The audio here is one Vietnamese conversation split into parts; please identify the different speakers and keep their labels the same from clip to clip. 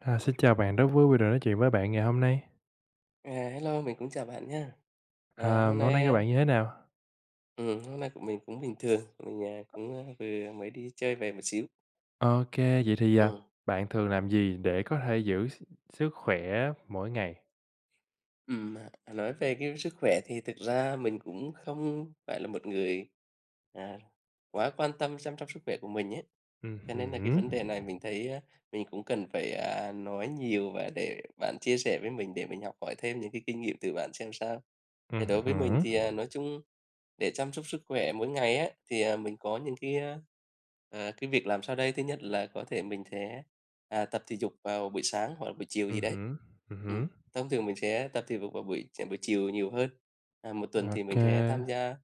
Speaker 1: À, xin chào bạn, rất vui vì được nói chuyện với bạn ngày hôm nay.
Speaker 2: À, hello, mình cũng chào bạn nha. À,
Speaker 1: Hôm nay các bạn như thế nào?
Speaker 2: hôm nay của mình cũng bình thường, mình, cũng, vừa mới đi chơi về một xíu.
Speaker 1: OK, vậy thì, à,
Speaker 2: Ừm.
Speaker 1: bạn thường làm gì để có thể giữ sức khỏe mỗi ngày?
Speaker 2: Ừm, nói về cái sức khỏe thì thực ra mình cũng không phải là một người, à, quá quan tâm chăm sóc sức khỏe của mình ấy. Cho nên là cái
Speaker 1: Hứm.
Speaker 2: vấn đề này mình thấy, mình cũng cần phải, nói nhiều và để bạn chia sẻ với mình để mình học hỏi thêm những cái kinh nghiệm từ bạn xem sao. Thì đối với mình
Speaker 1: Hứm.
Speaker 2: thì, nói chung để chăm sóc sức khỏe mỗi ngày á, thì, mình có những cái, cái việc làm sau đây. Thứ nhất là có thể mình sẽ, tập thể dục vào buổi sáng hoặc là buổi chiều gì đấy.
Speaker 1: Hứm,
Speaker 2: Ừm.
Speaker 1: hứm.
Speaker 2: Thông thường mình sẽ tập thể dục vào buổi buổi chiều nhiều hơn. À, một tuần thì
Speaker 1: OK.
Speaker 2: mình sẽ tham gia,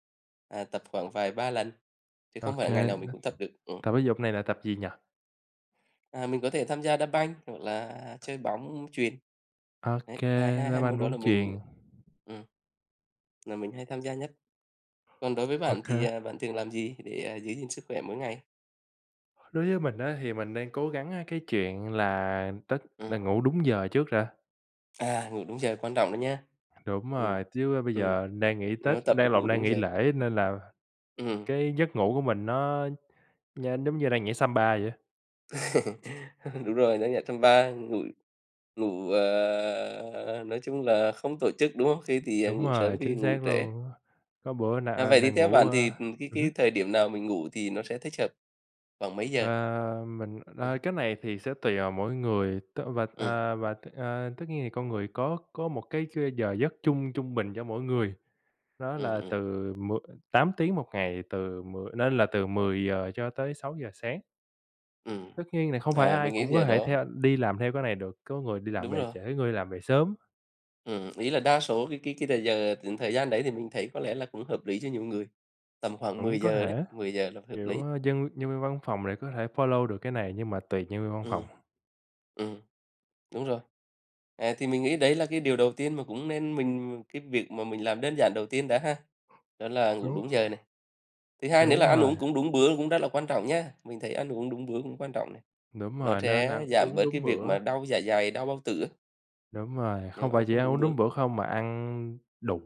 Speaker 2: tập khoảng vài 3 lần, chứ không phải
Speaker 1: OK,
Speaker 2: là ngày nào mình cũng tập được. Ừm.
Speaker 1: tập thể dục này là tập gì nhỉ?
Speaker 2: À, mình có thể tham gia đá banh hoặc là chơi bóng chuyền. Đấy,
Speaker 1: OK,
Speaker 2: hai hai
Speaker 1: đá
Speaker 2: hai môn
Speaker 1: banh,
Speaker 2: đó
Speaker 1: bóng
Speaker 2: là
Speaker 1: chuyền.
Speaker 2: mình ừm, là mình hay tham gia nhất. Còn đối với bạn thì,
Speaker 1: OK.
Speaker 2: bạn thường làm gì để, giữ gìn sức khỏe mỗi ngày?
Speaker 1: Đối với mình á, thì mình đang cố gắng á cái chuyện là Tết
Speaker 2: Ừm.
Speaker 1: là ngủ đúng giờ trước ra.
Speaker 2: À, ngủ đúng giờ quan trọng đó nha.
Speaker 1: Đúng
Speaker 2: Ừm,
Speaker 1: rồi, chứ bây
Speaker 2: ừm,
Speaker 1: giờ đang nghỉ Tết
Speaker 2: Nếu tập
Speaker 1: đang
Speaker 2: được
Speaker 1: lộn,
Speaker 2: ngủ
Speaker 1: đang
Speaker 2: đúng
Speaker 1: nghỉ
Speaker 2: giờ.
Speaker 1: lễ nên là
Speaker 2: Ừm.
Speaker 1: cái giấc ngủ của mình nó giống như đang nhảy Samba vậy á.
Speaker 2: Đúng rồi, nó nhảy trong ba, ngủ ngủ, nói chung là không tổ chức, đúng không? Khi thì,
Speaker 1: Đúng
Speaker 2: ngủ
Speaker 1: rồi,
Speaker 2: sớm, khi thì
Speaker 1: chính
Speaker 2: ngủ
Speaker 1: xác
Speaker 2: trễ.
Speaker 1: luôn. Có bữa nà
Speaker 2: À,
Speaker 1: à,
Speaker 2: vậy thì
Speaker 1: nà
Speaker 2: theo
Speaker 1: ngủ,
Speaker 2: bạn
Speaker 1: ơ
Speaker 2: thì, cái
Speaker 1: hứm.
Speaker 2: cái thời điểm nào mình ngủ thì nó sẽ thích hợp, khoảng mấy giờ?
Speaker 1: Ờ, mình
Speaker 2: Ừm,
Speaker 1: cái này thì sẽ tùy vào mỗi người và,
Speaker 2: ừm,
Speaker 1: à, và tất nhiên thì con người có một cái giờ giấc chung trung bình cho mỗi người, đó
Speaker 2: ừm,
Speaker 1: là
Speaker 2: ừm,
Speaker 1: từ 8 tiếng một ngày, từ mười giờ cho tới sáu giờ sáng.
Speaker 2: ừm.
Speaker 1: Tất nhiên là không phải
Speaker 2: À, mình
Speaker 1: ai
Speaker 2: nghĩ
Speaker 1: cũng
Speaker 2: giờ
Speaker 1: có thể
Speaker 2: đó
Speaker 1: theo đi làm theo cái này được, có người đi làm
Speaker 2: đúng
Speaker 1: về
Speaker 2: rồi,
Speaker 1: trễ, người làm về sớm,
Speaker 2: ý là đa số cái thời giờ thời gian đấy thì mình thấy có lẽ là cũng hợp lý cho nhiều người, tầm khoảng
Speaker 1: cũng
Speaker 2: mười
Speaker 1: có
Speaker 2: giờ đấy,
Speaker 1: thể.
Speaker 2: 10 giờ là hợp
Speaker 1: Kiểu,
Speaker 2: lý.
Speaker 1: ơ, dân nhân viên văn phòng để có thể follow được cái này nhưng mà tùy nhân viên văn phòng.
Speaker 2: Ừm, ừm, Đúng rồi. À, thì mình nghĩ đấy là cái điều đầu tiên mà cũng nên mình cái việc mà mình làm đơn giản đầu tiên đã ha. Đó là ngủ
Speaker 1: Đúng.
Speaker 2: đúng giờ này. Thứ hai nữa
Speaker 1: Đúng
Speaker 2: là ăn
Speaker 1: rồi,
Speaker 2: uống cũng đúng bữa cũng rất là quan trọng nhá. Mình thấy ăn uống đúng bữa cũng quan trọng này.
Speaker 1: đúng
Speaker 2: Nó
Speaker 1: rồi, nên
Speaker 2: sẽ
Speaker 1: ăn
Speaker 2: giảm
Speaker 1: uống
Speaker 2: bớt cái
Speaker 1: đúng
Speaker 2: việc
Speaker 1: bữa,
Speaker 2: mà đau dạ dày, đau bao tử á,
Speaker 1: đúng rồi,
Speaker 2: nếu
Speaker 1: không
Speaker 2: ăn
Speaker 1: phải chỉ
Speaker 2: không
Speaker 1: ăn
Speaker 2: đúng
Speaker 1: uống
Speaker 2: bữa.
Speaker 1: đúng bữa không mà ăn đủ.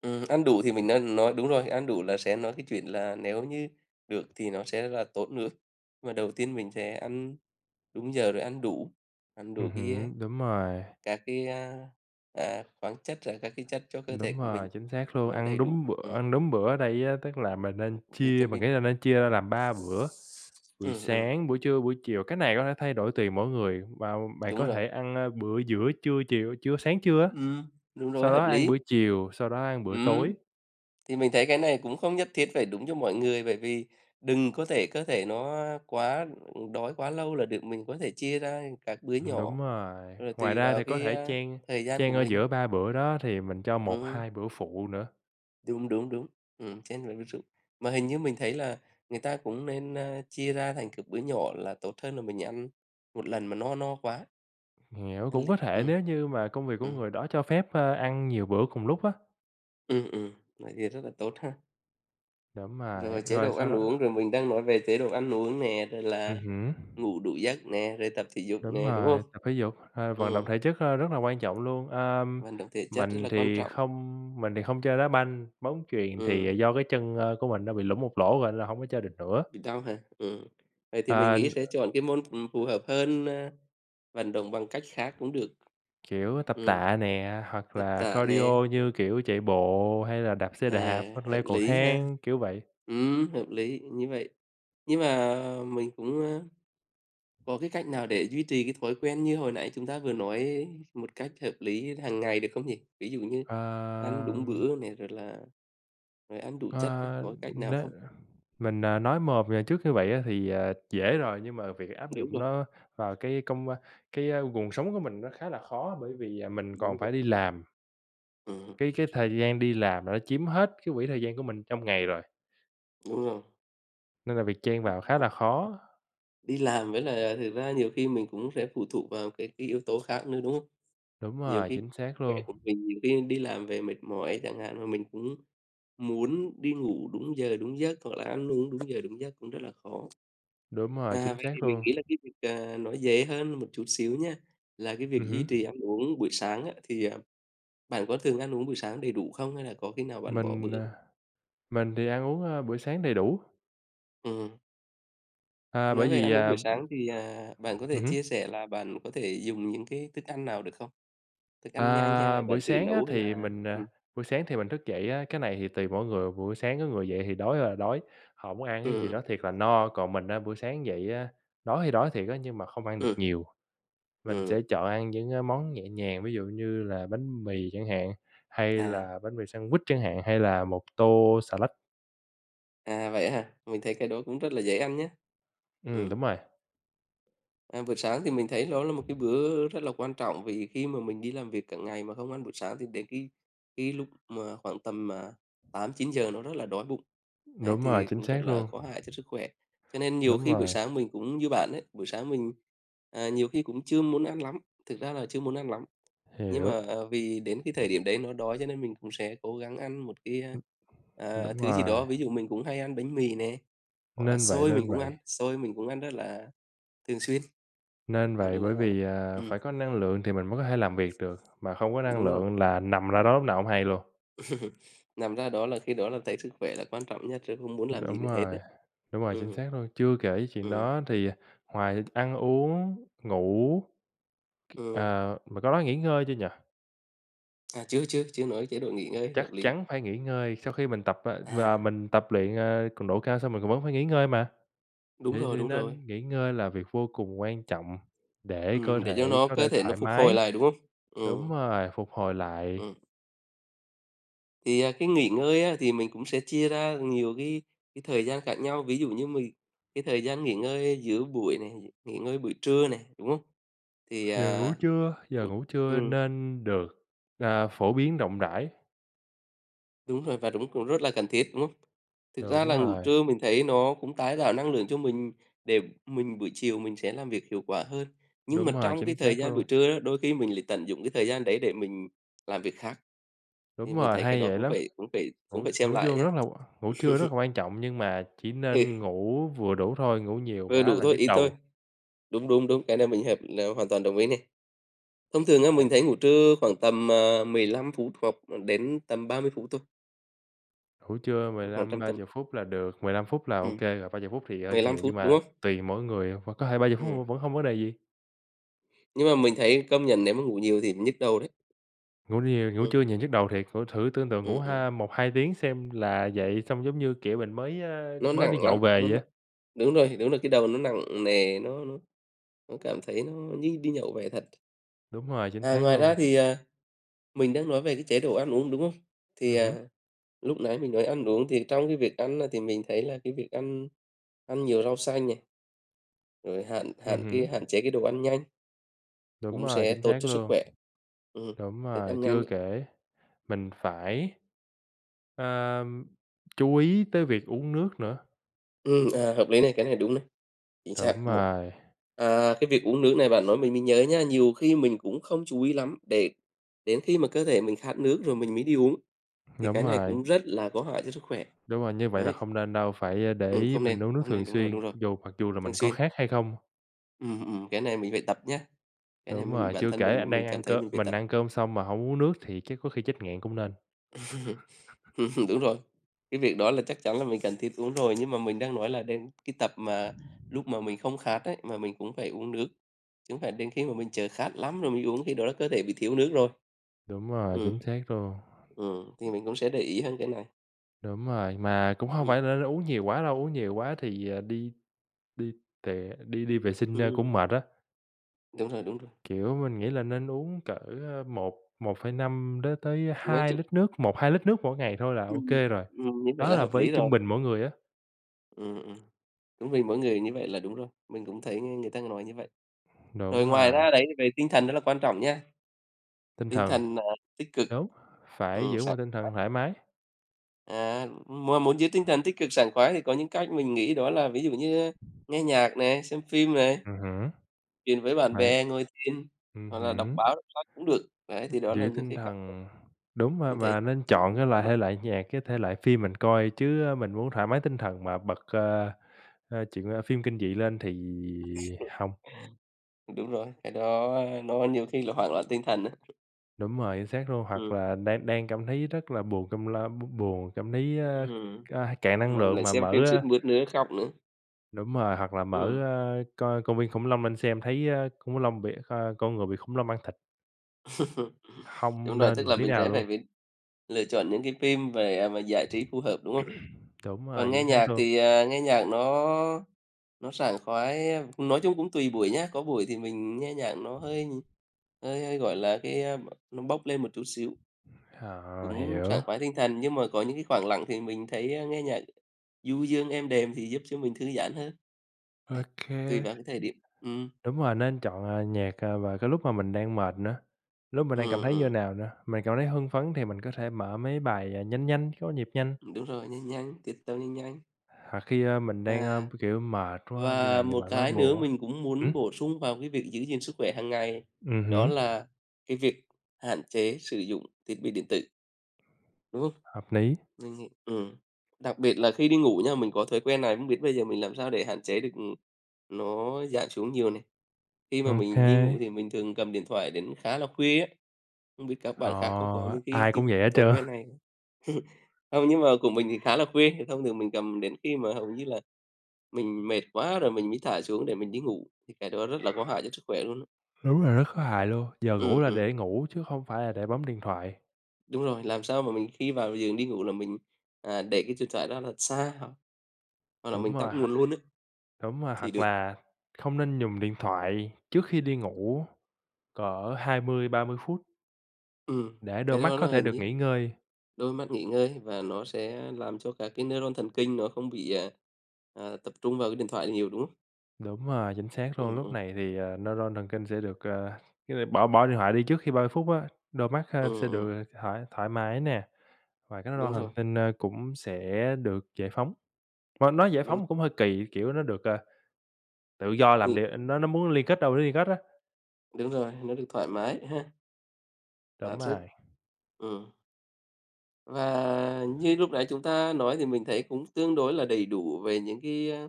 Speaker 2: Ăn đủ thì mình nói đúng rồi, ăn đủ là sẽ nói cái chuyện là nếu như được thì nó sẽ là tốt nữa. Mà đầu tiên mình sẽ ăn đúng giờ rồi ăn đủ
Speaker 1: Hứm,
Speaker 2: các cái khoáng chất rồi các cái chất cho cơ thể
Speaker 1: đúng
Speaker 2: của mình
Speaker 1: rồi, chính xác luôn,
Speaker 2: nó
Speaker 1: ăn
Speaker 2: đầy đủ.
Speaker 1: đúng
Speaker 2: Ừ.
Speaker 1: bữa. Ăn đúng bữa ở đây á, tức là mình nghĩ
Speaker 2: Vitamin,
Speaker 1: là nên chia ra làm 3 bữa, buổi
Speaker 2: ừm, ừm,
Speaker 1: sáng, buổi trưa, buổi chiều. Cái này có thể thay đổi tùy mỗi người và bạn
Speaker 2: đúng
Speaker 1: có
Speaker 2: rồi.
Speaker 1: thể ăn ơ, bữa giữa trưa, chiều trưa sáng trưa á,
Speaker 2: Ừm, đúng rồi,
Speaker 1: sau
Speaker 2: hợp
Speaker 1: đó ăn bữa
Speaker 2: lý.
Speaker 1: chiều, sau đó ăn bữa
Speaker 2: Ừm,
Speaker 1: tối.
Speaker 2: thì mình thấy cái này cũng không nhất thiết phải đúng cho mọi người, bởi vì đừng có thể cơ thể nó quá đói quá lâu là được, mình có thể chia ra các bữa nhỏ,
Speaker 1: Đúng rồi,
Speaker 2: rồi
Speaker 1: ngoài
Speaker 2: tùy
Speaker 1: ra
Speaker 2: vào
Speaker 1: thì có
Speaker 2: cái,
Speaker 1: thể chan
Speaker 2: thời gian của
Speaker 1: chan ở
Speaker 2: mình.
Speaker 1: giữa 3 bữa đó thì mình cho một
Speaker 2: Ừm,
Speaker 1: hai bữa phụ nữa,
Speaker 2: Đúng, đúng, đúng, trên là ví dụ. Mà hình như mình thấy là người ta cũng nên, chia ra thành các bữa nhỏ là tốt hơn là mình ăn một lần mà no no quá,
Speaker 1: hiểu,
Speaker 2: ăn
Speaker 1: cũng
Speaker 2: liền.
Speaker 1: có thể
Speaker 2: Ừm.
Speaker 1: nếu như mà công việc của
Speaker 2: Ừm,
Speaker 1: người đó cho phép ơ, ăn nhiều bữa cùng lúc á.
Speaker 2: ừm, ừm, Vậy thì rất là tốt ha.
Speaker 1: Đúng rồi,
Speaker 2: Rồi chế
Speaker 1: rồi
Speaker 2: độ
Speaker 1: sau
Speaker 2: ăn
Speaker 1: đó
Speaker 2: uống, rồi mình đang nói về chế độ ăn uống nè, rồi là
Speaker 1: hứm,
Speaker 2: ngủ đủ giấc nè, rồi tập thể dục
Speaker 1: đúng
Speaker 2: nè, đúng không?
Speaker 1: rồi, tập thể dục, ờ, vận động
Speaker 2: Ừ,
Speaker 1: thể chất ơ, rất là quan trọng luôn.
Speaker 2: vận động thể chất rất
Speaker 1: Mình
Speaker 2: là quan
Speaker 1: thì
Speaker 2: trọng.
Speaker 1: không mình thì không chơi đá banh, bóng chuyền
Speaker 2: Ừ,
Speaker 1: thì do cái chân ơ, của mình nó bị lủng một lỗ rồi nên là hông có chơi được nữa.
Speaker 2: bị đau hả? Ừ, vậy thì mình
Speaker 1: Ờ
Speaker 2: nghĩ sẽ chọn cái môn, phù hợp hơn, vận động bằng cách khác cũng được.
Speaker 1: Kiểu tập
Speaker 2: Ừ,
Speaker 1: tạ nè, hoặc
Speaker 2: tập
Speaker 1: là
Speaker 2: tạ nè,
Speaker 1: cardio như kiểu chạy bộ hay là đạp xe đạp hoặc
Speaker 2: hợp
Speaker 1: leo cầu
Speaker 2: lý ha.
Speaker 1: thang, kiểu vậy.
Speaker 2: Ừ, hợp lý, như vậy. Nhưng mà mình cũng, có cái cách nào để duy trì cái thói quen như hồi nãy chúng ta vừa nói một cách hợp lý hàng ngày được không nhỉ? Ví dụ như
Speaker 1: Ờ,
Speaker 2: ăn đúng bữa này, rồi ăn đủ chất này,
Speaker 1: ờ,
Speaker 2: có cách nào
Speaker 1: nếu
Speaker 2: không?
Speaker 1: mình à, nói mồm về trước như vậy á thì à, dễ
Speaker 2: Ừm,
Speaker 1: rồi, nhưng mà việc áp
Speaker 2: Đúng
Speaker 1: dụng
Speaker 2: rồi,
Speaker 1: nó vào cái a, guồng sống của mình nó khá là khó, bởi vì à, mình
Speaker 2: đúng,
Speaker 1: còn
Speaker 2: rồi.
Speaker 1: phải đi làm,
Speaker 2: Ừm,
Speaker 1: cái thời gian đi làm nó chiếm hết cái quỹ thời gian của mình trong ngày rồi,
Speaker 2: Đúng rồi.
Speaker 1: nên là việc chen vào khá là khó.
Speaker 2: Đi làm với là thực ra nhiều khi mình cũng sẽ phụ thuộc vào cái yếu tố khác nữa, đúng không?
Speaker 1: Đúng
Speaker 2: Nhiều
Speaker 1: rồi,
Speaker 2: khi
Speaker 1: chính xác
Speaker 2: khỏe
Speaker 1: luôn,
Speaker 2: của mình nhiều khi đi làm về mệt mỏi chẳng hạn, mà mình cũng muốn đi ngủ đúng giờ, đúng giấc hoặc là ăn uống đúng giờ, đúng giấc cũng rất là khó.
Speaker 1: đúng rồi,
Speaker 2: À,
Speaker 1: chính
Speaker 2: vậy thì
Speaker 1: xác
Speaker 2: mình
Speaker 1: luôn.
Speaker 2: nghĩ là cái việc, nói dễ hơn một chút xíu nha, là cái việc duy trì ăn
Speaker 1: Hứm.
Speaker 2: uống buổi sáng á, thì, bạn có thường ăn uống buổi sáng đầy đủ không hay là có khi nào bạn bỏ
Speaker 1: mình,
Speaker 2: bữa?
Speaker 1: à Mình thì ăn uống a, bữa sáng đầy đủ,
Speaker 2: Ừm,
Speaker 1: à,
Speaker 2: nói
Speaker 1: bởi
Speaker 2: về
Speaker 1: vì
Speaker 2: ăn uống
Speaker 1: à
Speaker 2: buổi sáng thì, bạn có thể
Speaker 1: hứm,
Speaker 2: chia sẻ là bạn có thể dùng những cái thức ăn nào được không? Thức ăn nhanh hay
Speaker 1: à,
Speaker 2: là
Speaker 1: bữa
Speaker 2: bạn tự
Speaker 1: sáng á
Speaker 2: nấu hay
Speaker 1: thì
Speaker 2: là
Speaker 1: mình, à buổi sáng thì mình thức dậy á, cái này thì tùy mỗi người, buổi sáng có người dậy thì đói là đói, họ muốn ăn
Speaker 2: ừm,
Speaker 1: cái gì
Speaker 2: ừm,
Speaker 1: đó thiệt là no, còn mình á, buổi sáng dậy á, đói thì đói thiệt á, nhưng mà không ăn được
Speaker 2: ừm,
Speaker 1: nhiều. Mình
Speaker 2: ừm,
Speaker 1: sẽ chọn ăn những a, món nhẹ nhàng, ví dụ như là bánh mì chẳng hạn, hay
Speaker 2: à,
Speaker 1: là bánh mì sandwich chẳng hạn, hay là một tô salad lách.
Speaker 2: vậy á hả? Mình thấy cái đó cũng rất là dễ ăn nhá. Ừm.
Speaker 1: Đúng rồi,
Speaker 2: À, bữa sáng thì mình thấy đó là một cái bữa rất là quan trọng vì khi mà mình đi làm việc cả ngày mà không ăn bữa sáng thì đến cái lúc mà khoảng tầm mà tám chín giờ nó rất là đói bụng. Đấy
Speaker 1: đúng rồi,
Speaker 2: thì
Speaker 1: chính
Speaker 2: cũng rất
Speaker 1: xác
Speaker 2: là
Speaker 1: luôn,
Speaker 2: có hại cho sức khỏe. Cho nên nhiều
Speaker 1: đúng
Speaker 2: khi buổi
Speaker 1: rồi,
Speaker 2: sáng mình cũng như bạn đấy, buổi sáng mình nhiều khi cũng chưa muốn ăn lắm, thực ra là chưa muốn ăn lắm. Nhưng
Speaker 1: hiểu,
Speaker 2: mà vì đến cái thời điểm đấy nó đói cho nên mình cũng sẽ cố gắng ăn một cái,
Speaker 1: đúng
Speaker 2: thứ gì
Speaker 1: rồi,
Speaker 2: đó, ví dụ mình cũng hay ăn bánh mì nè, hoặc là
Speaker 1: nên vậy,
Speaker 2: xôi mình
Speaker 1: nên
Speaker 2: cũng
Speaker 1: vậy.
Speaker 2: ăn, xôi mình cũng ăn rất là thường xuyên.
Speaker 1: Nên
Speaker 2: Bạn
Speaker 1: vậy, bởi
Speaker 2: là
Speaker 1: vì à,
Speaker 2: ừm,
Speaker 1: phải có năng lượng thì mình mới có thể làm việc được, mà không có năng
Speaker 2: đúng rồi.
Speaker 1: lượng là nằm ra đó lúc nào hông hay luôn.
Speaker 2: Nằm ra đó là khi đó là thấy sức khỏe là quan trọng nhất rồi không muốn làm gì
Speaker 1: Đúng
Speaker 2: nữa hết á.
Speaker 1: rồi, đúng rồi, chính
Speaker 2: Ừ
Speaker 1: xác luôn. Chưa kể cái chuyện
Speaker 2: ừ.
Speaker 1: đó thì ngoài ăn uống, ngủ,
Speaker 2: Ừm.
Speaker 1: mà có nói nghỉ ngơi chưa nhỉ?
Speaker 2: À, chưa, chưa, chưa nói chế độ nghỉ ngơi
Speaker 1: Chắc
Speaker 2: hợp lý.
Speaker 1: chắn phải nghỉ ngơi, sau khi mình tập á
Speaker 2: À,
Speaker 1: và mình tập luyện ờ, cường độ cao xong mình cũng vẫn phải nghỉ ngơi mà.
Speaker 2: đúng
Speaker 1: Thế
Speaker 2: rồi,
Speaker 1: thì
Speaker 2: đúng rồi.
Speaker 1: nên nghỉ ngơi là việc vô cùng quan trọng để cơ
Speaker 2: Ừ, để cho
Speaker 1: thể
Speaker 2: nó
Speaker 1: có thể
Speaker 2: cơ thể nó
Speaker 1: thoải
Speaker 2: phục hồi
Speaker 1: mái.
Speaker 2: lại, đúng không? Ừ.
Speaker 1: Đúng rồi, phục hồi lại.
Speaker 2: Ừm. Thì, cái nghỉ ngơi á thì mình cũng sẽ chia ra nhiều cái thời gian khác nhau, ví dụ như mình cái thời gian nghỉ ngơi giữa buổi này, nghỉ ngơi buổi trưa này, đúng không? Thì,
Speaker 1: Giờ ngủ trưa, giờ
Speaker 2: cũng
Speaker 1: ngủ trưa
Speaker 2: ừm.
Speaker 1: nên được à, phổ biến rộng rãi.
Speaker 2: Đúng rồi, và đúng cũng rất là cần thiết, đúng không? Thực ra
Speaker 1: Đúng
Speaker 2: là ngủ
Speaker 1: rồi,
Speaker 2: trưa mình thấy nó cũng tái tạo năng lượng cho mình để mình buổi chiều mình sẽ làm việc hiệu quả hơn. Nhưng mà
Speaker 1: đúng rồi,
Speaker 2: trong cái
Speaker 1: chính
Speaker 2: thời
Speaker 1: xác
Speaker 2: gian
Speaker 1: luôn.
Speaker 2: buổi trưa đó, đôi khi mình lại tận dụng cái thời gian đấy để mình làm việc khác, thì
Speaker 1: Đúng
Speaker 2: mình
Speaker 1: rồi,
Speaker 2: thấy cái
Speaker 1: hay
Speaker 2: đó
Speaker 1: vậy
Speaker 2: cũng
Speaker 1: lắm.
Speaker 2: phải cũng phải cũng
Speaker 1: Ngủ
Speaker 2: phải xem
Speaker 1: ngủ
Speaker 2: lại
Speaker 1: trưa
Speaker 2: nhé.
Speaker 1: rất là Ngủ trưa rất là quan trọng nhưng mà chỉ
Speaker 2: Ừ,
Speaker 1: nên ngủ vừa đủ thôi, ngủ nhiều
Speaker 2: vừa
Speaker 1: quá
Speaker 2: đủ
Speaker 1: là
Speaker 2: thôi,
Speaker 1: nhức
Speaker 2: ý tôi.
Speaker 1: đầu.
Speaker 2: Đúng, đúng, đúng, cái này mình hợp là hoàn toàn đồng ý này. Thông thường á, mình
Speaker 1: Đấy,
Speaker 2: thấy ngủ trưa khoảng tầm, 15 phút hoặc đến tầm 30 phút thôi,
Speaker 1: ngủ trưa mười
Speaker 2: khoảng
Speaker 1: lăm
Speaker 2: tầm
Speaker 1: ba
Speaker 2: tầm
Speaker 1: 30 phút là được, 15 phút là
Speaker 2: ừ,
Speaker 1: ok rồi, 30 phút thì hơi
Speaker 2: 15
Speaker 1: nhiều
Speaker 2: phút,
Speaker 1: nhưng
Speaker 2: đúng
Speaker 1: mà
Speaker 2: không?
Speaker 1: tùy mỗi người và có thể 30
Speaker 2: Ừm,
Speaker 1: phút vẫn không vấn đề gì.
Speaker 2: nhưng mà mình thấy công nhận nếu mà ngủ nhiều thì nhức đầu đấy.
Speaker 1: Ngủ trưa
Speaker 2: Ừ,
Speaker 1: nhiều nhức đầu thiệt, ngủ thử tương tự ngủ
Speaker 2: ừ,
Speaker 1: một 2 tiếng xem là vậy xong giống như kiểu mình mới a,
Speaker 2: nó
Speaker 1: mới đi
Speaker 2: nặng lắm,
Speaker 1: nhậu về
Speaker 2: nó
Speaker 1: vậy á.
Speaker 2: nặng, đúng rồi, đúng là cái đầu nó nặng nề, nó cảm thấy nó như đi nhậu vậy thật.
Speaker 1: Đúng rồi, chính
Speaker 2: À,
Speaker 1: xác
Speaker 2: ngoài ra
Speaker 1: luôn.
Speaker 2: thì, mình đang nói về cái chế độ ăn uống, đúng không? Thì,
Speaker 1: Hứm,
Speaker 2: lúc nãy mình nói ăn uống thì trong cái việc ăn á thì mình thấy là cái việc ăn ăn nhiều rau xanh này, rồi hạn hạn cái
Speaker 1: hứm,
Speaker 2: hạn chế cái đồ ăn nhanh
Speaker 1: đúng
Speaker 2: cũng
Speaker 1: rồi,
Speaker 2: sẽ
Speaker 1: chính
Speaker 2: tốt
Speaker 1: xác
Speaker 2: cho sức
Speaker 1: luôn.
Speaker 2: khỏe. Ừm,
Speaker 1: Đúng
Speaker 2: thức
Speaker 1: rồi,
Speaker 2: ăn nhanh
Speaker 1: chưa
Speaker 2: ấy.
Speaker 1: kể mình phải ờ, chú ý tới việc uống nước nữa.
Speaker 2: À, hợp lý này, cái này đúng này. Chính
Speaker 1: Đúng
Speaker 2: xác, một
Speaker 1: rồi,
Speaker 2: cái việc uống nước này bạn nói mình nhớ nha, nhiều khi mình cũng không chú ý lắm, để đến khi mà cơ thể mình khát nước rồi mình mới đi uống, thì
Speaker 1: đúng
Speaker 2: cái này
Speaker 1: rồi,
Speaker 2: cũng rất là có hại cho sức khỏe.
Speaker 1: đúng rồi, như vậy là
Speaker 2: Đấy.
Speaker 1: không nên đâu, phải a, để ý
Speaker 2: Không nên,
Speaker 1: mình uống nước
Speaker 2: không nên,
Speaker 1: thường xuyên,
Speaker 2: đúng rồi,
Speaker 1: dù mặc dù là
Speaker 2: thường
Speaker 1: mình có
Speaker 2: xuyên.
Speaker 1: khát hay không.
Speaker 2: Cái này mình phải tập nhá, cái này
Speaker 1: Đúng
Speaker 2: mình
Speaker 1: rồi,
Speaker 2: bản
Speaker 1: chưa
Speaker 2: thân
Speaker 1: kể
Speaker 2: mình
Speaker 1: anh
Speaker 2: mình mình
Speaker 1: đang
Speaker 2: cảm
Speaker 1: ăn
Speaker 2: thấy
Speaker 1: cơm,
Speaker 2: mình phải
Speaker 1: mình
Speaker 2: tập.
Speaker 1: ăn cơm xong mà không uống nước thì chắc có khi chết nghẹn cũng nên.
Speaker 2: Đúng rồi. Cái việc đó là chắc chắn là mình cần thiết uống rồi, nhưng mà mình đang nói là đến cái tập mà lúc mà mình không khát ấy, mà mình cũng phải uống nước, chứ không phải đến khi mà mình chờ khát lắm rồi mình uống, khi đó là cơ thể bị thiếu nước rồi.
Speaker 1: Đúng rồi, chính
Speaker 2: Ừm,
Speaker 1: xác luôn.
Speaker 2: thì mình cũng sẽ để ý hơn cái này.
Speaker 1: Đúng rồi, mà cũng không
Speaker 2: Ừm,
Speaker 1: phải là nên uống nhiều quá đâu, uống nhiều quá thì à, đi đi tè, đi đi vệ sinh ơ,
Speaker 2: ừm,
Speaker 1: cũng mệt á.
Speaker 2: Đúng rồi, đúng rồi.
Speaker 1: Kiểu, mình nghĩ là nên uống cỡ ơ, một 1,5 đến tới
Speaker 2: Nói
Speaker 1: 2
Speaker 2: chung
Speaker 1: lít nước, một 2 lít nước mỗi ngày thôi là
Speaker 2: ừm,
Speaker 1: ok rồi.
Speaker 2: như vậy
Speaker 1: Đó
Speaker 2: là
Speaker 1: là
Speaker 2: hợp
Speaker 1: với
Speaker 2: lý
Speaker 1: trung
Speaker 2: rồi.
Speaker 1: bình mỗi người á.
Speaker 2: Ừm, ừm, Đúng vì mỗi người như vậy là đúng rồi, mình cũng thấy nghe người ta nói như vậy. Rồi
Speaker 1: Đúng
Speaker 2: ngoài
Speaker 1: rồi,
Speaker 2: ra đấy, về tinh thần rất là quan trọng nha,
Speaker 1: tinh
Speaker 2: tinh
Speaker 1: thần,
Speaker 2: thần, à, tích cực.
Speaker 1: đúng, phải giữ một
Speaker 2: Sẵn
Speaker 1: tinh thần thoải mái.
Speaker 2: À, mà muốn giữ tinh thần tích cực sảng khoái thì có những cách mình nghĩ đó là ví dụ như nghe nhạc này, xem phim này,
Speaker 1: Hứm,
Speaker 2: chuyện với bạn
Speaker 1: bạn
Speaker 2: bè, ngồi thiền hoặc là đọc
Speaker 1: hứm,
Speaker 2: báo, đọc sách cũng được. Đấy, thì đó là
Speaker 1: giữ
Speaker 2: những
Speaker 1: tinh
Speaker 2: cái cách
Speaker 1: thần đúng. mà
Speaker 2: mình thấy
Speaker 1: mà nên
Speaker 2: tinh
Speaker 1: chọn
Speaker 2: thần
Speaker 1: cái
Speaker 2: thoải mái.
Speaker 1: thể loại nhạc, cái thể loại phim mình coi chứ, ơ, mình muốn thoải mái tinh thần mà bật ờ, ờ, phim kinh dị lên thì hông.
Speaker 2: Đúng rồi, cái đó, nó nhiều khi là hoảng loạn tinh thần á.
Speaker 1: Đúng rồi, chính xác luôn. Hoặc
Speaker 2: Ừm,
Speaker 1: là đang đang cảm thấy rất là buồn, cảm thấy ơ,
Speaker 2: ừm,
Speaker 1: a, cạn năng
Speaker 2: mà
Speaker 1: lượng
Speaker 2: lại
Speaker 1: mà
Speaker 2: xem
Speaker 1: mở,
Speaker 2: phim sướt
Speaker 1: ơ
Speaker 2: mướt nữa, khóc nữa.
Speaker 1: đúng rồi, hoặc là mở,
Speaker 2: Ừm.
Speaker 1: ơ, coi công viên khủng long lên xem thấy ơ, khủng long bị ơ, con người bị khủng long ăn thịt,
Speaker 2: Đúng
Speaker 1: hông
Speaker 2: rồi,
Speaker 1: nên
Speaker 2: tức
Speaker 1: một
Speaker 2: là
Speaker 1: tí
Speaker 2: mình
Speaker 1: nào
Speaker 2: sẽ
Speaker 1: luôn.
Speaker 2: phải phải lựa chọn những cái phim về, à, mà giải trí phù hợp, đúng không?
Speaker 1: Đúng rồi,
Speaker 2: Còn nghe
Speaker 1: chính xác
Speaker 2: nhạc
Speaker 1: luôn.
Speaker 2: thì, à, nghe nhạc nó sảng khoái, nói chung cũng tùy buổi nhá, có buổi thì mình nghe nhạc nó hơi hơi hơi, gọi là, cái, nó bốc lên một chút xíu,
Speaker 1: Ờ,
Speaker 2: cũng sảng
Speaker 1: hiểu.
Speaker 2: khoái tinh thần, nhưng mà có những cái khoảng lặng thì mình thấy, a, nghe nhạc du dương êm đềm thì giúp cho mình thư giãn hơn.
Speaker 1: Ô
Speaker 2: Đấy,
Speaker 1: kê.
Speaker 2: tùy vào cái thời điểm. Ừm,
Speaker 1: Đúng rồi, nên chọn ờ, nhạc ờ, vào cái lúc mà mình đang mệt nữa, lúc mình đang cảm
Speaker 2: ừm,
Speaker 1: thấy như
Speaker 2: ừm,
Speaker 1: nào nữa. Mình cảm thấy hưng phấn thì mình có thể mở mấy bài à, nhanh nhanh, có nhịp nhanh.
Speaker 2: Đúng rồi, nhanh nhanh, tiết tấu nhanh nhanh.
Speaker 1: Thật khi a, mình đang a,
Speaker 2: À.
Speaker 1: kiểu mệt quá, đi làm
Speaker 2: Và
Speaker 1: về
Speaker 2: một
Speaker 1: mệt quá,
Speaker 2: cái nữa
Speaker 1: buồn quá.
Speaker 2: mình cũng
Speaker 1: Ừm
Speaker 2: muốn bổ sung vào cái việc giữ gìn sức khỏe hàng ngày, đó
Speaker 1: hứm,
Speaker 2: là cái việc hạn chế sử dụng thiết bị điện tử, đúng không?
Speaker 1: hợp lý,
Speaker 2: Mình nghĩ, đặc biệt là khi đi ngủ nha, mình có thói quen này, không biết bây giờ mình làm sao để hạn chế được, ừ, nó giảm xuống nhiều này. Khi mà
Speaker 1: ô
Speaker 2: mình đi
Speaker 1: kê,
Speaker 2: ngủ thì mình thường cầm điện thoại đến khá là khuya ấy, không biết các
Speaker 1: ờ,
Speaker 2: bạn khác có những cái
Speaker 1: ai
Speaker 2: cái
Speaker 1: cũng vậy hết
Speaker 2: thói
Speaker 1: trơn.
Speaker 2: quen này không? Không, nhưng mà của mình thì khá là khuya, thông thường mình cầm đến khi mà hầu như là mình mệt quá rồi mình mới thả xuống để mình đi ngủ, thì cái đó rất là có hại cho sức khỏe luôn.
Speaker 1: Đúng là rất có hài luôn, giờ ngủ
Speaker 2: Ừ,
Speaker 1: là
Speaker 2: ừ,
Speaker 1: để ngủ chứ không phải là để bấm điện thoại.
Speaker 2: đúng rồi, làm sao mà mình khi vào giường đi ngủ là mình, à, để cái điện thoại đó là xa hoặc hoặc là
Speaker 1: Đúng
Speaker 2: mình tắt
Speaker 1: rồi, hoặc
Speaker 2: nguồn luôn ấy
Speaker 1: đúng rồi,
Speaker 2: thì
Speaker 1: hoặc
Speaker 2: được.
Speaker 1: là không nên dùng điện thoại trước khi đi ngủ cỡ 20-30 phút
Speaker 2: Ừm,
Speaker 1: để đôi
Speaker 2: cái
Speaker 1: mắt
Speaker 2: đó
Speaker 1: có
Speaker 2: là
Speaker 1: thể
Speaker 2: hình
Speaker 1: được
Speaker 2: như
Speaker 1: nghỉ ngơi.
Speaker 2: đôi mắt nghỉ ngơi và nó sẽ làm cho cả cái neuron thần kinh nó không bị, tập trung vào cái điện thoại nhiều, đúng không?
Speaker 1: Đúng rồi, chính xác
Speaker 2: Ừ,
Speaker 1: luôn, lúc
Speaker 2: ừ,
Speaker 1: này thì ờ, neuron thần kinh sẽ được, ờ, nghĩa là bỏ bỏ điện thoại đi trước khi 30 phút á, đôi mắt a,
Speaker 2: ừm,
Speaker 1: sẽ
Speaker 2: ừm,
Speaker 1: được thoải thoải mái nè. Và cái nỗi
Speaker 2: đúng
Speaker 1: hành
Speaker 2: rồi,
Speaker 1: tinh ơ, cũng sẽ được giải phóng. Mà nói giải
Speaker 2: đúng,
Speaker 1: phóng cũng hơi kỳ, kiểu nó được ờ, tự do làm
Speaker 2: nghỉ
Speaker 1: điều nó muốn, liên kết đâu nó liên kết á.
Speaker 2: đúng rồi, nó được thoải mái ha, thỏa
Speaker 1: Đúng
Speaker 2: sức.
Speaker 1: rồi.
Speaker 2: Ừm, và như lúc nãy chúng ta nói thì mình thấy cũng tương đối là đầy đủ về những cái, à,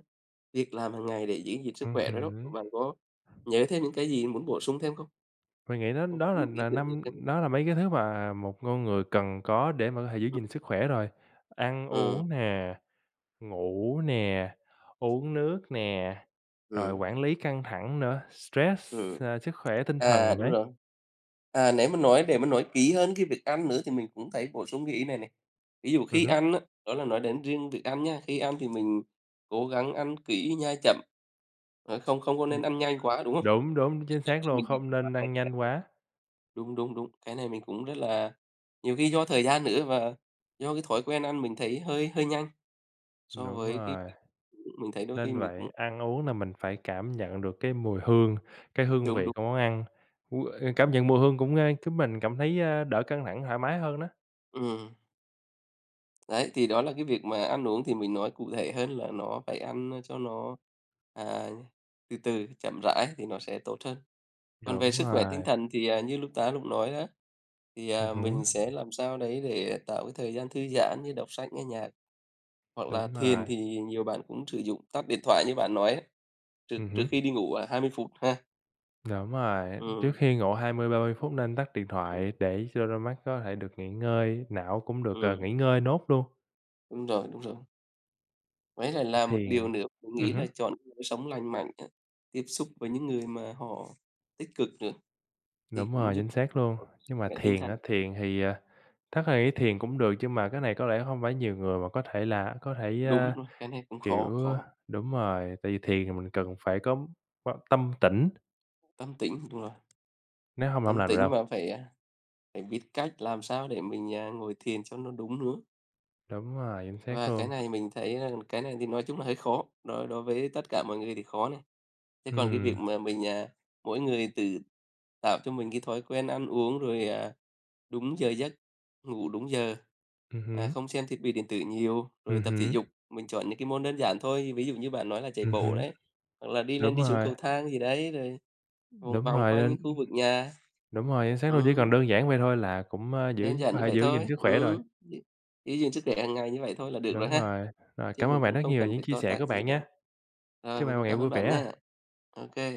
Speaker 2: việc làm hàng ngày để giữ gìn sức khỏe đó đó,
Speaker 1: Hứm.
Speaker 2: bạn có nhớ thêm những cái gì muốn bổ sung thêm không?
Speaker 1: Mình nghĩ đó
Speaker 2: Có
Speaker 1: đó
Speaker 2: những ý
Speaker 1: là
Speaker 2: tưởng gì
Speaker 1: năm
Speaker 2: thêm?
Speaker 1: đó là mấy cái thứ mà một con người cần có để mà có thể giữ gìn sức khỏe rồi. Ăn
Speaker 2: Ừm,
Speaker 1: uống nè, ngủ nè, uống nước nè, rồi
Speaker 2: ừm,
Speaker 1: quản lý căng thẳng nữa, stress,
Speaker 2: ừm.
Speaker 1: à, sức khỏe tinh
Speaker 2: À,
Speaker 1: thần
Speaker 2: đúng
Speaker 1: đấy.
Speaker 2: rồi. À, nếu mà nói để mà nói kỹ hơn cái việc ăn nữa thì mình cũng thấy bổ sung cái ý này này. Ví dụ khi
Speaker 1: Hứm.
Speaker 2: ăn á, đó là nói đến riêng việc ăn nha, khi ăn thì mình cố gắng ăn kỹ, nhai chậm, không không có
Speaker 1: Ừm,
Speaker 2: nên ăn nhanh quá, đúng không?
Speaker 1: đúng, đúng, chính
Speaker 2: Đôi
Speaker 1: xác
Speaker 2: khi
Speaker 1: luôn,
Speaker 2: mình bị
Speaker 1: không
Speaker 2: rối loạn
Speaker 1: nên
Speaker 2: này.
Speaker 1: ăn nhanh quá.
Speaker 2: Đúng, đúng, đúng, cái này mình cũng rất là nhiều khi do thời gian nữa và do cái thói quen ăn mình thấy hơi hơi nhanh. So
Speaker 1: Đúng
Speaker 2: với cái
Speaker 1: rồi.
Speaker 2: việc mình thấy đôi khi
Speaker 1: Nên
Speaker 2: mình cũng
Speaker 1: vậy, ăn uống là mình phải cảm nhận được cái mùi hương, cái hương
Speaker 2: đúng,
Speaker 1: vị
Speaker 2: đúng,
Speaker 1: của món ăn, cảm nhận mùi hương cũng ơ, khiến mình cảm thấy a, đỡ căng thẳng, thoải mái hơn đó.
Speaker 2: ừm. Đấy, thì đó là cái việc mà ăn uống thì mình nói cụ thể hơn là nó phải ăn, cho nó, à, từ từ, chậm rãi thì nó sẽ tốt hơn. Còn về
Speaker 1: Đúng
Speaker 2: sức khỏe tinh
Speaker 1: rồi,
Speaker 2: thần thì, à, như lúc tá lúc nói đó, thì, à,
Speaker 1: hứm,
Speaker 2: mình sẽ làm sao đấy để tạo cái thời gian thư giãn như đọc sách, nghe nhạc hoặc là
Speaker 1: đúng
Speaker 2: thiền
Speaker 1: rồi,
Speaker 2: thì nhiều bạn cũng sử dụng tắt điện thoại như bạn nói á, trước trước
Speaker 1: hứm,
Speaker 2: khi đi ngủ là 20 phút ha.
Speaker 1: đúng rồi. Trước
Speaker 2: Ừm,
Speaker 1: khi ngủ 20-30 phút nên tắt điện
Speaker 2: ừm,
Speaker 1: thoại để cho đôi mắt có thể được nghỉ ngơi, não cũng được ờ,
Speaker 2: ừm,
Speaker 1: nghỉ ngơi nốt luôn.
Speaker 2: Đúng rồi, đúng rồi. Với lại là một điều
Speaker 1: Thiền
Speaker 2: nữa mình nghĩ là
Speaker 1: hứm,
Speaker 2: chọn cái lối sống lành mạnh á, tiếp xúc với những người mà họ tích cực nữa thì
Speaker 1: đúng
Speaker 2: cũng
Speaker 1: rồi,
Speaker 2: giúp
Speaker 1: chính xác luôn.
Speaker 2: có sức
Speaker 1: Nhưng mà
Speaker 2: khỏe tinh thần.
Speaker 1: thiền thì ờ, thật ra nghĩ thiền cũng được, nhưng mà cái này có lẽ hông phải nhiều người mà có thể là có thể.
Speaker 2: Đúng
Speaker 1: A
Speaker 2: rồi, cái này cũng
Speaker 1: Kiểu,
Speaker 2: khó, khó.
Speaker 1: đúng rồi, tại vì thiền thì mình cần phải có tâm tĩnh,
Speaker 2: Tâm tĩnh, đúng rồi,
Speaker 1: nếu hông là hông
Speaker 2: tâm
Speaker 1: làm được
Speaker 2: tĩnh
Speaker 1: đâu.
Speaker 2: mà phải, à, phải biết cách làm sao để mình, à, ngồi thiền cho nó đúng nữa.
Speaker 1: Đúng rồi, chính xác
Speaker 2: Và cái
Speaker 1: luôn.
Speaker 2: này mình thấy là cái này thì nói chung là hơi khó, đối đối với tất cả mọi người thì khó này. Thế còn cái
Speaker 1: Ừm,
Speaker 2: việc mà mình, à, mỗi người tự tạo cho mình cái thói quen ăn uống rồi, à, đúng giờ giấc, ngủ đúng giờ, à,
Speaker 1: hứm,
Speaker 2: không xem thiết bị điện tử nhiều, rồi tập thể
Speaker 1: hứm,
Speaker 2: dục, mình chọn những cái môn đơn giản thôi, ví dụ như bạn nói là chạy bộ
Speaker 1: hứm.
Speaker 2: đấy, hoặc là đi
Speaker 1: Đúng
Speaker 2: lên đi xuống
Speaker 1: rồi,
Speaker 2: cầu thang gì đấy, rồi vòng
Speaker 1: đúng
Speaker 2: vòng
Speaker 1: rồi,
Speaker 2: quanh những khu
Speaker 1: nên
Speaker 2: vực nhà.
Speaker 1: đúng rồi, chính xác luôn, chỉ cần
Speaker 2: Ừm,
Speaker 1: đơn giản vậy thôi là cũng ơ,
Speaker 2: Đơn giản
Speaker 1: có
Speaker 2: như
Speaker 1: thể
Speaker 2: vậy
Speaker 1: giữ gìn
Speaker 2: thôi.
Speaker 1: sức khỏe rồi.
Speaker 2: Gi Giữ sức khỏe hàng ngày như vậy thôi là được rồi
Speaker 1: Đúng
Speaker 2: ha,
Speaker 1: rồi, rồi,
Speaker 2: chứ
Speaker 1: cảm ơn
Speaker 2: mình
Speaker 1: bạn
Speaker 2: cũng
Speaker 1: rất
Speaker 2: không
Speaker 1: nhiều về
Speaker 2: cần
Speaker 1: những
Speaker 2: phải
Speaker 1: chia
Speaker 2: to
Speaker 1: sẻ
Speaker 2: tát
Speaker 1: của
Speaker 2: gì
Speaker 1: bạn
Speaker 2: đâu.
Speaker 1: nha.
Speaker 2: Rồi,
Speaker 1: Chúc
Speaker 2: mình
Speaker 1: bạn một
Speaker 2: cũng
Speaker 1: ngày
Speaker 2: cảm ơn
Speaker 1: vui
Speaker 2: bạn
Speaker 1: vẻ.
Speaker 2: nhé. OK.